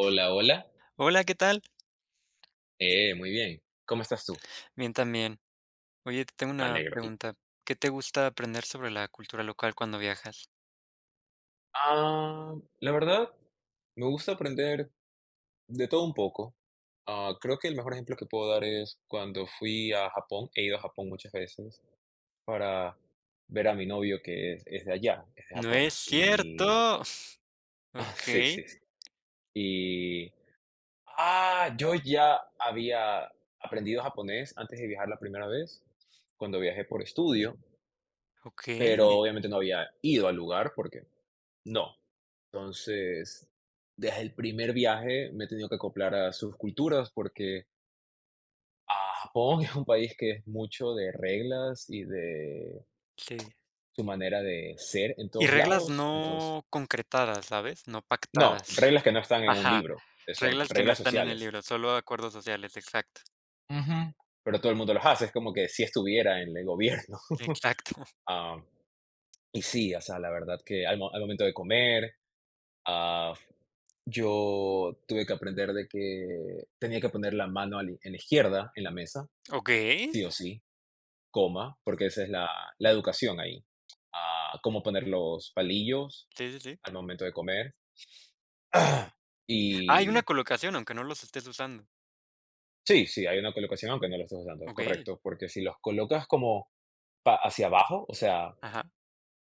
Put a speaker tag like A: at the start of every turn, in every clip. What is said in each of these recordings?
A: Hola, hola.
B: Hola, ¿qué tal?
A: Muy bien. ¿Cómo estás tú?
B: Bien, también. Oye, te tengo
A: Me
B: una
A: alegro.
B: pregunta. ¿Qué te gusta aprender sobre la cultura local cuando viajas?
A: Ah, la verdad, me gusta aprender de todo un poco. Ah, creo que el mejor ejemplo que puedo dar es cuando fui a Japón. He ido a Japón muchas veces para ver a mi novio que es de allá, es de
B: ¡No
A: Japón.
B: es cierto!
A: Ah, sí, sí,
B: Okey,
A: sí. Y... Ah, yo ya había aprendido japonés antes de viajar la primera vez, cuando viajé por estudio, pero
B: okey,
A: obviamente no había ido al lugar porque no. Entonces, desde el primer viaje me he tenido que acoplar a sus culturas porque a Japón es un país que es mucho de reglas y de
B: sí.
A: su manera de ser en
B: Y
A: todos
B: reglas
A: lados. Entonces,
B: no concretadas, ¿sabes? No
A: no,
B: pactadas.
A: reglas que no están en un
B: Ajá,
A: libro, que son
B: reglas que no
A: reglas
B: están en el
A: sociales.
B: libro, solo acuerdos sociales, exacto.
A: Ujú. Pero todo el mundo los hace, es como que si estuviera en el gobierno.
B: Exacto.
A: Ah, y sí, o sea, la verdad que al momento de comer, ah, yo tuve que aprender de que tenía que poner la mano a la en la izquierda en la mesa,
B: Okey,
A: sí o sí, coma, porque esa es la educación ahí. Ah, cómo poner los palillos
B: sí, sí, sí.
A: al momento de comer.
B: Ah, hay una
A: Y
B: colocación, aunque no los estés usando.
A: sí, sí, hay una colocación, aunque no lo estés usando,
B: Okey,
A: correcto, porque si los colocas como pa hacia abajo, o sea,
B: ajá.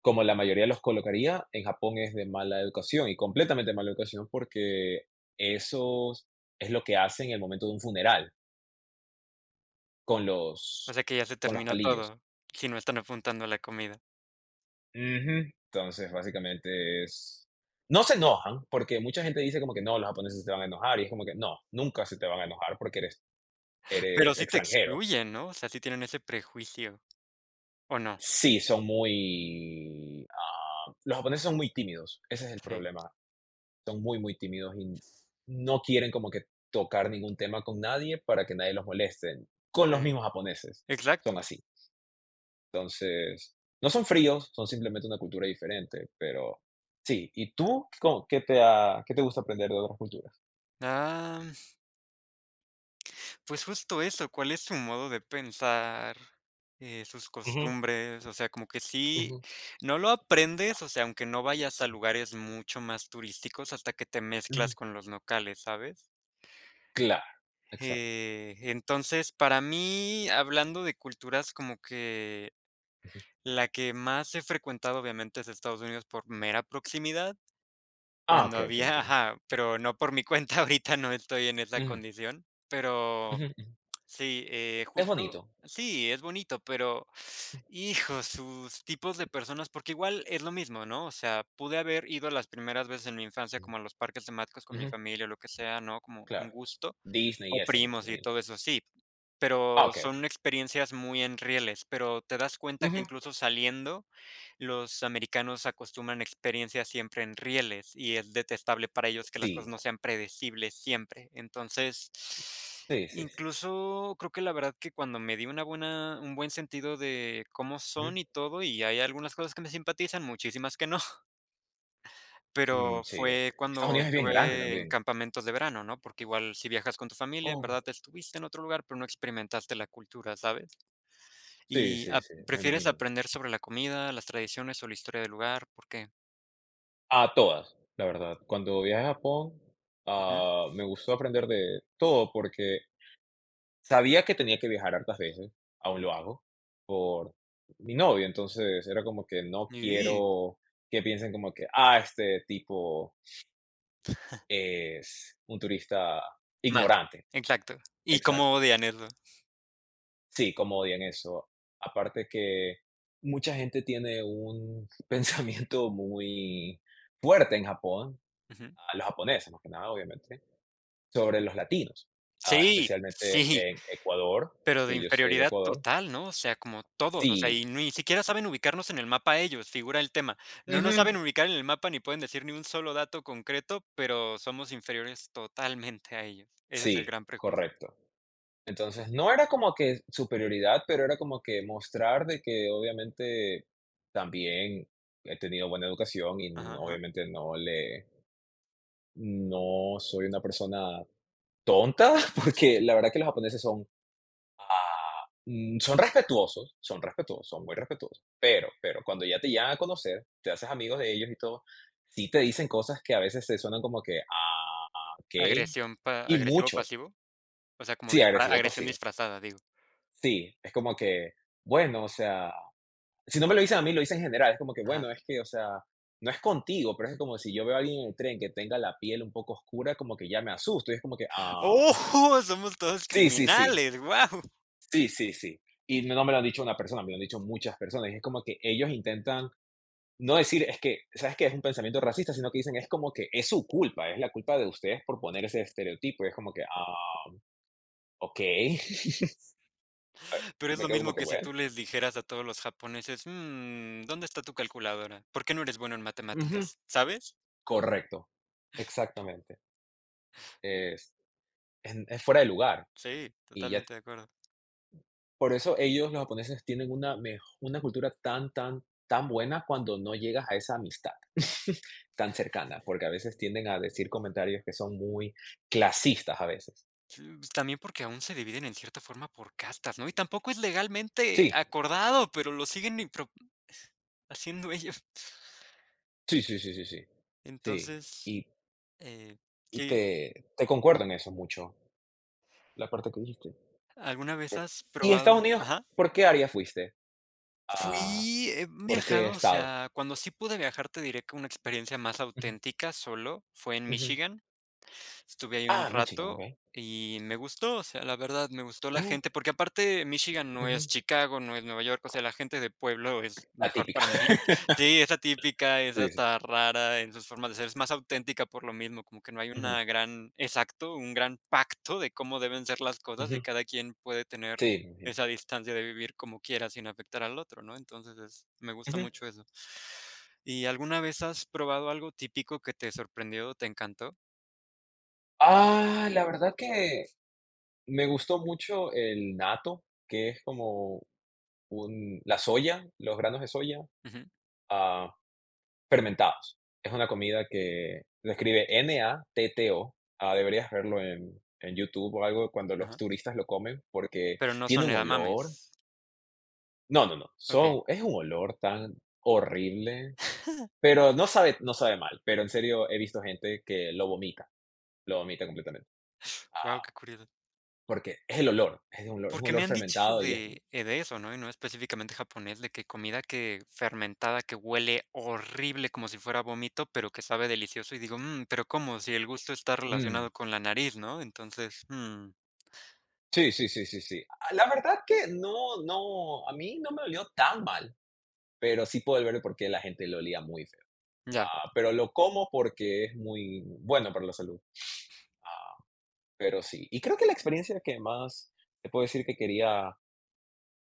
A: como la mayoría los colocaría, en Japón es de mala educación y completamente mala educación porque eso es lo que hacen en el momento de un funeral. Con
B: O
A: los
B: sea que ya se
A: con los
B: terminó
A: palillos.
B: todo, si no están apuntando a la comida.
A: Ujú. Entonces, básicamente es no se enojan, porque mucha gente dice como que: "No, los japoneses se van a enojar", y es como que: "No, nunca se te van a enojar porque eres
B: Pero
A: eres
B: sí te
A: extranjero".
B: excluyen, ¿no? O sea, sí tienen ese prejuicio, ¿o no?
A: Sí, los japoneses son muy tímidos, ese es el
B: Sí,
A: problema. Son muy, muy tímidos y no quieren como que tocar ningún tema con nadie para que nadie los moleste. Con los
B: sí,
A: mismos japoneses,
B: exacto.
A: son así. Entonces, no son fríos, son simplemente una cultura diferente, pero sí. ¿Y tú co qué te gusta aprender de otras culturas?
B: Ah, pues justo eso, ¿cuál es su modo de pensar? Sus
A: Ujú,
B: costumbres, o sea, como que sí,
A: ujú,
B: no lo aprendes, o sea, aunque no vayas a lugares mucho más turísticos hasta que te
A: ujú.
B: mezclas con los locales, ¿sabes?
A: Claro, exacto.
B: Entonces, para mí, hablando de culturas, como que
A: Ujú.
B: la que más he frecuentado, obviamente, es Estados Unidos por mera proximidad.
A: Ah,
B: Cuando
A: okey, okey,
B: había
A: entiendo.
B: ajá, pero no por mi cuenta, ahorita no estoy en esa
A: Ujú,
B: condición, pero
A: ujú, ujú.
B: sí,
A: Es
B: justo
A: bonito.
B: sí, es bonito, pero, hijo, sus tipos de personas, porque igual es lo mismo, ¿no? O sea, pude haber ido las primeras veces en mi infancia
A: Ujú.
B: como a los parques temáticos con mi
A: Ujú,
B: familia o lo que sea, ¿no? Como un
A: claro.
B: gusto,
A: Disney y
B: o
A: esas, me
B: primos y
A: imagino.
B: todo eso, sí,
A: Ah,
B: pero
A: okey,
B: son
A: okey.
B: experiencias muy enrieles, pero te das cuenta que
A: Ujú.
B: incluso saliendo, los americanos acostumbran experiencias siempre en rieles y es detestable para ellos que las cosas
A: Sí,
B: no sean predecibles siempre. Entonces,
A: sí, sí, sí.
B: incluso creo que la verdad que cuando me di una buena un buen sentido de cómo
A: Ujú.
B: son y todo, y hay algunas cosas que me simpatizan, muchísimas que no.
A: Mm,
B: Pero
A: sí, eh.
B: fue
A: Estados
B: cuando
A: Unidos es bien grande
B: estuve en
A: también.
B: campamentos de verano, ¿no? Porque igual si viajas con tu familia, en
A: Oh.
B: verdad estuviste en otro lugar, pero no experimentaste la cultura, ¿sabes?
A: Sí,
B: Y
A: sí,
B: ap
A: sí, me
B: ¿Prefieres
A: imagino.
B: aprender sobre la comida, las tradiciones o la historia del lugar, ¿por qué?
A: A todas, la verdad. Cuando viajé a Japón,
B: Ujú.
A: ah, me gustó aprender de todo porque sabía que tenía que viajar hartas veces, aún lo hago, por mi novio. Entonces era como que no
B: Sí,
A: quiero que piensen como que, ah, este tipo es un turista
B: más,
A: ignorante.
B: exacto. ¿Y cómo
A: Exacto.
B: odian eso?
A: Sí, como odian eso. Aparte que mucha gente tiene un pensamiento muy fuerte en Japón,
B: Ujú.
A: a los japoneses más que nada, obviamente sobre los latinos, ah,
B: Sí,
A: especialmente
B: sí.
A: en Ecuador,
B: Pero de
A: que yo soy de
B: inferioridad
A: Ecuador.
B: total, ¿no? O sea, como todos, o sea,
A: Sí,
B: y ni siquiera saben ubicarnos en el mapa ellos, figura el tema. No nos
A: ujú,
B: saben ubicar en el mapa ni pueden decir ni un solo dato concreto, pero somos inferiores totalmente a ellos. Ese es el
A: sí,
B: gran prejuicio.
A: correcto. Entonces, no era como que superioridad, pero era como que mostrar de que obviamente también he tenido buena educación y
B: Ajá, ajá.
A: obviamente no le, no soy una persona tonta, porque la verdad que los japoneses son mm, son respetuosos, son respetuosos, son muy respetuosos, pero cuando ya te llegan a conocer, te haces amigos de ellos y todo, sí te dicen cosas que a veces se suenan como que: "Ah, okey".
B: Agresión pa
A: Y
B: Agresivo
A: muchos,
B: pasivo, o sea, como
A: sí,
B: disfra
A: agresivo
B: agresión
A: pasivo,
B: disfrazada, digo.
A: sí, es como que, bueno, o sea, si no me lo dicen a mí, lo dicen en general, es como que,
B: Ajá.
A: bueno, es que, o sea, no es contigo, pero es como si yo veo a alguien en el tren que tenga la piel un poco oscura, como que ya me asusto, y es como que, ah,
B: ¡Oh! Somos todos
A: sí, sí, sí,
B: criminales, guau.
A: sí, sí, sí. Y no me lo han dicho una persona, me lo han dicho muchas personas, y es como que ellos intentan no decir, es que, ¿sabes qué? Es un pensamiento racista, sino que dicen, es como que es su culpa, es la culpa de ustedes por poner ese estereotipo. Y es como que, ah, ok.
B: Pero es
A: Me
B: lo
A: quedo como
B: mismo
A: que,
B: que si
A: bueno,
B: tú les dijeras a todos los japoneses: "Mm, ¿dónde está tu calculadora? ¿Por qué no eres bueno en
A: ujú,
B: matemáticas?", ¿sabes?
A: correcto, exactamente. Es, es fuera de lugar.
B: Sí,
A: Y ya,
B: totalmente de acuerdo.
A: por eso ellos, los japoneses, tienen una cultura tan, tan, tan buena cuando no llegas a esa amistad tan cercana, porque a veces tienden a decir comentarios que son muy clasistas a veces.
B: Sí, pues, también porque aún se dividen en cierta forma por castas, ¿no? Y tampoco es legalmente
A: Sí,
B: acordado, pero lo siguen y haciendo ellos.
A: sí, sí, sí, sí, sí. Sí.
B: Entonces,
A: Y
B: eh,
A: Y
B: sí,
A: te concuerdo en eso mucho, la parte que dijiste.
B: ¿alguna vez has
A: Y
B: probado?
A: Estados Unidos,
B: Ajá.
A: ¿por qué área fuiste?
B: Fui,
A: Ah,
B: he
A: ¿por qué
B: viajado, o
A: estado?
B: sea, cuando sí pude viajar, te diré que una experiencia más
A: Ujú,
B: auténtica solo fue en
A: ujú.
B: Michigan. Estuve ahí un
A: Ah, Michigan,
B: rato
A: okey.
B: y me gustó, o sea, la verdad, me gustó la
A: Mm,
B: gente, porque aparte Michigan no es
A: ujú.
B: Chicago, no es Nueva York, o sea, la gente de pueblo es
A: La
B: mejor
A: típica.
B: para mí. Sí, es atípica, es
A: Sí, sí.
B: hasta rara en sus formas de ser, es más auténtica por lo mismo, como que no hay
A: Ujú,
B: una gran, exacto, un gran pacto de cómo deben ser las cosas y
A: ujú.
B: cada quien puede
A: Sí,
B: tener
A: me imagino.
B: esa distancia de vivir como quiera sin afectar al otro, ¿no? Entonces, me gusta
A: Ujú.
B: mucho eso. ¿Y alguna vez has probado algo típico que te sorprendió, te encantó?
A: Ah, la verdad que me gustó mucho el natto, que es como un la soya, los granos de soya.
B: Ujú.
A: Ah. Fermentados. Es una comida que lo escribe Natto. Ah, deberías verlo en YouTube o algo cuando los turistas lo comen, porque
B: Pero no
A: tiene
B: son
A: un olor.
B: edamames.
A: No, no, no,
B: Okey.
A: son es un olor tan horrible, pero no sabe mal, pero en serio he visto gente que lo vomita completamente.
B: Guau,
A: Ah,
B: qué curioso.
A: porque es el olor, es un olor es un
B: Porque me
A: olor
B: han dicho
A: fermentado y es,
B: de eso, ¿no? Y no específicamente japonés, de que comida que fermentada, que huele horrible como si fuera vómito, pero que sabe delicioso, y digo: "Mm, pero, ¿cómo? Si el gusto está
A: mm,
B: relacionado con la nariz", ¿no? Entonces, mm,
A: sí, sí, sí, sí, sí. Ah, la verdad que no, a mí no me olió tan mal, pero sí puedo ver por qué la gente lo olía muy feo.
B: ya.
A: Ah, pero lo como porque es muy bueno para la salud. Ah, pero sí. Y creo que la experiencia que más te puedo decir que quería,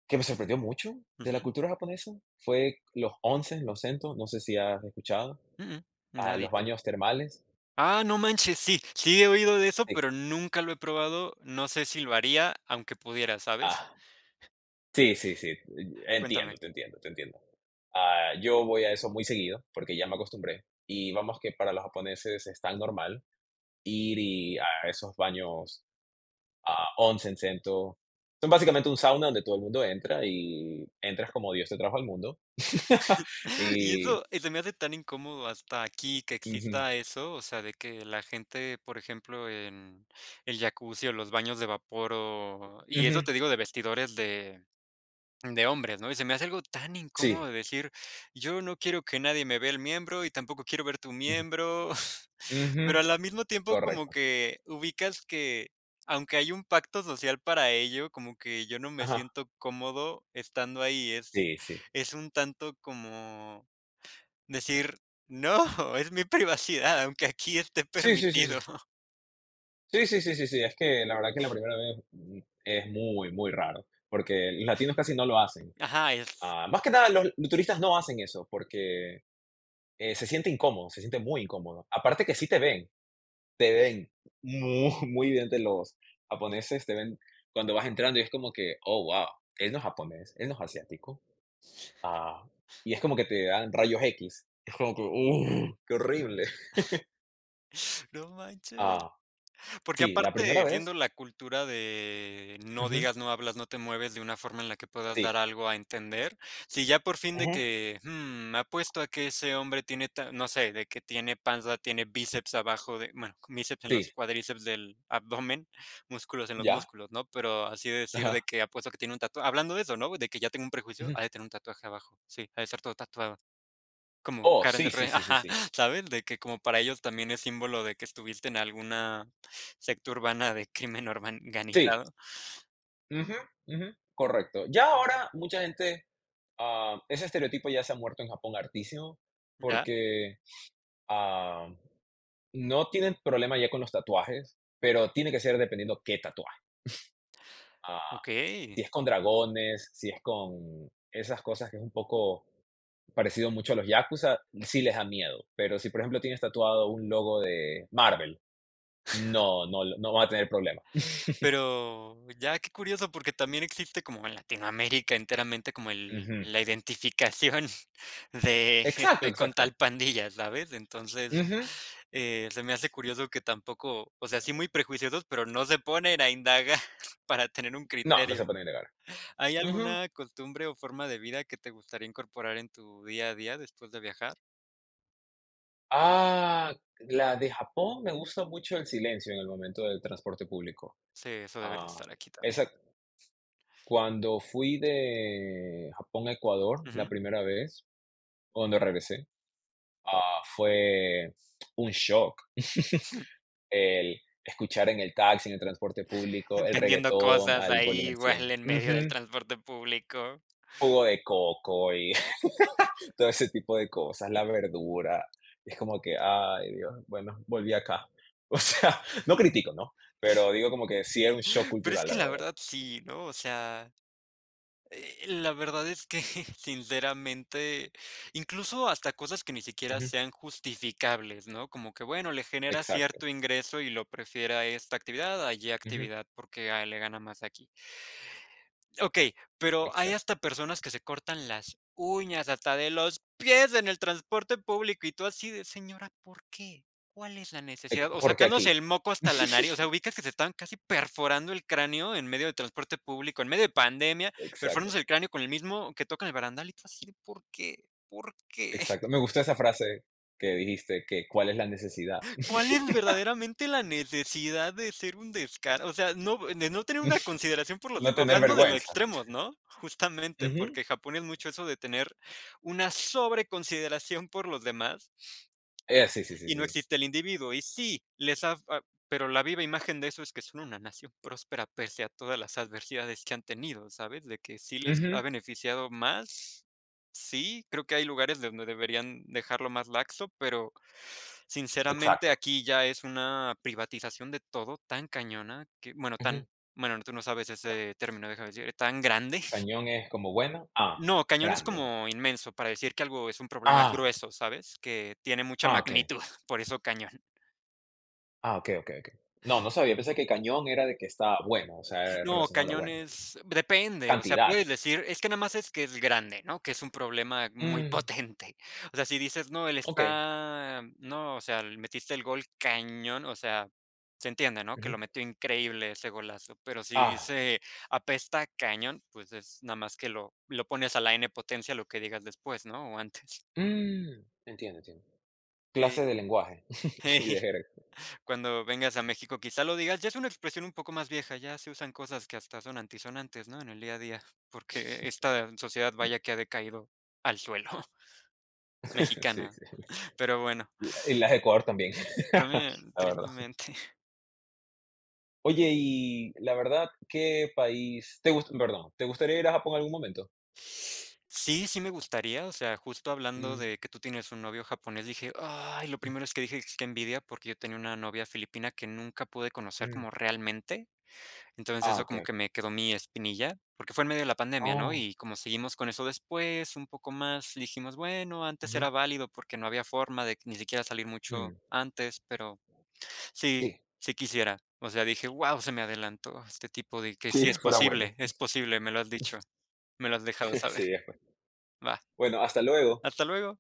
A: que me sorprendió mucho de
B: Ujú.
A: la cultura japonesa, fue los onsen, los sentos, no sé si has escuchado,
B: Mm, mm,
A: ah, los
B: nadita.
A: baños termales.
B: Ah, no manches, sí, sí he oído de eso,
A: Sí.
B: pero nunca lo he probado. No sé si lo haría, aunque pudiera, ¿sabes?
A: Ah, sí, sí, sí.
B: Cuéntame.
A: Entiendo, te entiendo, te entiendo. Ah, yo voy a eso muy seguido porque ya me acostumbré. Y vamos que para los japoneses es tan normal ir y a esos baños, ah, once en Cento. Son básicamente un sauna donde todo el mundo entra y entras como Dios te trajo al mundo.
B: Y
A: Y
B: eso, y se me hace tan incómodo hasta aquí que
A: Ujú,
B: exista eso, o sea, de que la gente, por ejemplo, en el jacuzzi o los baños de vapor o y eso
A: ujú,
B: te digo de vestidores de hombres, ¿no? Y se me hace algo tan incómodo
A: sí,
B: de decir: "Yo no quiero que nadie me vea el miembro y tampoco quiero ver tu
A: ujú,
B: miembro", pero
A: ujú,
B: al mismo tiempo como
A: correcto.
B: que ubicas que, aunque hay un pacto social para ello, como que yo no me
A: Ajá,
B: siento cómodo estando ahí,
A: sí, sí.
B: es un tanto como decir: "No, es mi privacidad, aunque aquí esté
A: Sí, sí, sí, sí.
B: permitido".
A: Sí, sí, sí, sí, sí, es que la verdad que la primera vez, es muy, muy raro, porque los latinos casi no lo hacen.
B: Ajá, es
A: Ah, más que nada, los turistas no hacen eso porque, se siente incómodo, se siente muy incómodo. Aparte que sí te ven muy, muy evidente los japoneses, te ven cuando vas entrando y es como que, oh, wow, él no es japonés, él no es asiático. Ah, y es como que te dan rayos X. Es como que, qué horrible.
B: no manches.
A: Ah,
B: Porque
A: sí, la primera
B: aparte,
A: vez.
B: viendo la cultura de no
A: Ujú,
B: digas, no hablas, no te mueves de una forma en la que puedas
A: sí,
B: dar algo a entender, si ya por fin de
A: ujú,
B: que, mm, me apuesto a que ese hombre tiene, no sé, de que tiene panza, tiene bíceps abajo de, bueno, bíceps en
A: sí,
B: los cuadríceps del abdomen, músculos en los
A: ya.
B: músculos, ¿no? Pero así de decir de
A: Ajá.
B: que apuesto a que tiene un tatuaje, hablando de eso, ¿no? De que ya tengo un prejuicio,
A: Ujú.
B: ha de tener un tatuaje abajo, sí, ha de ser todo tatuado. Como
A: Oh,
B: Karen
A: sí,
B: del
A: sí,
B: Rey,
A: sí, sí,
B: ajá,
A: sí.
B: ¿sabes? De que como para ellos también es símbolo de que estuviste en alguna secta urbana de crimen
A: Sí.
B: organizado,
A: Ujú, ujú, correcto. Ya ahora mucha gente, ah, ese estereotipo ya se ha muerto en Japón hartísimo
B: ¿ya?
A: porque... ah, no tienen problema ya con los tatuajes, pero tiene que ser dependiendo qué tatuaje. Ah, si
B: Okey.
A: es con dragones, si es con esas cosas que es un poco parecido mucho a los yakuza, sí les da miedo. Pero si, por ejemplo, tienes tatuado un logo de Marvel, no, no, no va a tener problema.
B: Pero ya, qué curioso, porque también existe como en Latinoamérica enteramente como el
A: Ujú.
B: la identificación de
A: Exacto,
B: estoy con
A: exacto.
B: tal pandilla, ¿sabes? Entonces,
A: Ujú.
B: se me hace curioso que tampoco, o sea, sí muy prejuiciosos, pero no se ponen a indagar para tener un
A: No, no
B: criterio.
A: se pueden negar.
B: ¿Hay
A: Ujú.
B: alguna costumbre o forma de vida que te gustaría incorporar en tu día a día después de viajar?
A: Ah, la de Japón me gusta mucho el silencio en el momento del transporte público.
B: Sí, eso debería
A: Ah,
B: estar aquí también.
A: esa Cuando fui de Japón a Ecuador la
B: Ujú.
A: primera vez, cuando regresé, ah, fue un shock el escuchar en el taxi, en el transporte público, el
B: Vendiendo
A: reguetón
B: cosas
A: al
B: ahí,
A: volumen
B: igual
A: 100.
B: en medio del
A: Ujú.
B: transporte público.
A: Jugo de coco y todo ese tipo de cosas, la verdura. Es como que, ay, Dios, bueno, volví acá. O sea, no critico, ¿no? Pero digo como que sí era un shock
B: Pero es
A: cultural, la
B: que la
A: verdad.
B: verdad sí, ¿no? O sea, la verdad es que sinceramente, incluso hasta cosas que ni siquiera
A: Ujú,
B: sean justificables, ¿no? Como que, bueno, le genera
A: exacto.
B: cierto ingreso y lo prefiere a esta actividad, a
A: Ujú,
B: actividad, porque a le gana más aquí. Okey, pero hay
A: exacto.
B: hasta personas que se cortan las uñas, hasta de los pies en el transporte público, y tú así de: "Señora, ¿por qué? ¿Cuál es la
A: Ex
B: necesidad?". O
A: Porque aquí.
B: sacándose el moco hasta la nariz, o sea, ubicas que se están casi perforando el cráneo en medio de transporte público, en medio de pandemia,
A: Exacto,
B: perforándose el cráneo con el mismo que tocan el barandal, y tú así de: "¿Por qué? ¿Por qué?".
A: exacto. Me gustó esa frase que dijiste, que cuál es la necesidad.
B: ¿Cuál es verdaderamente la necesidad de ser un descaro? O sea, no, de no tener una consideración por los
A: No
B: demás,
A: tener
B: hablando de los
A: vergüenza.
B: extremos, ¿no? Justamente,
A: Ujú.
B: porque Japón es mucho eso de tener una sobreconsideración por los demás
A: Sí, sí, sí,
B: y no
A: sí.
B: existe el individuo. Y sí, les ha ah, pero la viva imagen de eso es que son una nación próspera pese a todas las adversidades que han tenido, ¿sabes? De que sí les ha
A: Ujú,
B: beneficiado más. Sí, creo que hay lugares de donde deberían dejarlo más laxo, pero sinceramente
A: exacto.
B: aquí ya es una privatización de todo tan cañona que,
A: Ujú.
B: bueno, tú no sabes ese término, déjame decir, tan grande.
A: Cañón es como bueno, ah,
B: No, cañón es
A: grande, grande.
B: como inmenso para decir que algo es un problema
A: Ah,
B: grueso, ¿sabes? Que tiene mucha
A: ah, okey.
B: magnitud, por eso cañón.
A: Ah, okey, okey, okey. No, no sabía, pensé que cañón era de que está bueno, o sea,
B: No,
A: relacionado a lo bueno.
B: cañones, depende, o sea,
A: Cantidad.
B: puedes decir, es que nada más es que es grande, ¿no? Que es un problema muy
A: Mm,
B: potente. O sea, si dices, no, él
A: okey.
B: está, no, o sea, le metiste el gol cañón, o sea, se entiende, ¿no? Que
A: Ujú.
B: lo metió increíble ese golazo, pero si
A: Ah,
B: dice apesta cañón, pues es nada más que lo pones a la N potencia lo que digas después, ¿no? O antes.
A: mm, entiendo, entiendo.
B: Eh,
A: Clase de lenguaje y de jerga.
B: Cuando vengas a México, quizá lo digas. Ya es una expresión un poco más vieja, ya se usan cosas que hasta son antisonantes, ¿no? En el día a día, porque esta sociedad vaya que ha decaído al suelo,
A: Sí,
B: mexicana.
A: sí.
B: Pero bueno,
A: Y las de Ecuador también,
B: también
A: la verdad.
B: tristemente.
A: Oye, y la verdad, ¿qué país te gusta? Perdón, ¿te gustaría ir a Japón en algún momento?
B: Sí, sí me gustaría, o sea, justo hablando
A: Mm,
B: de que tú tienes un novio japonés, dije: "Ay", lo
A: mm,
B: primero es que dije: "Es que envidia", porque yo tenía una novia filipina que nunca pude conocer
A: mm.
B: como realmente. Entonces,
A: Ah,
B: eso
A: okey,
B: como que
A: okey.
B: me quedó mi espinilla, porque fue en medio de la pandemia, ¿no?
A: Oh,
B: Y como seguimos con eso después, un poco más, dijimos, bueno, antes
A: ujú,
B: era válido porque no había forma de ni siquiera salir
A: mm.
B: mucho antes, pero sí,
A: Sí,
B: sí quisiera. O sea, dije, wow, se me adelantó este tipo de que
A: sí,
B: sí
A: fuera bueno.
B: es posible, me lo has dicho, me lo has dejado saber.
A: Sí, es bueno.
B: Va,
A: Bueno, hasta luego.
B: hasta luego.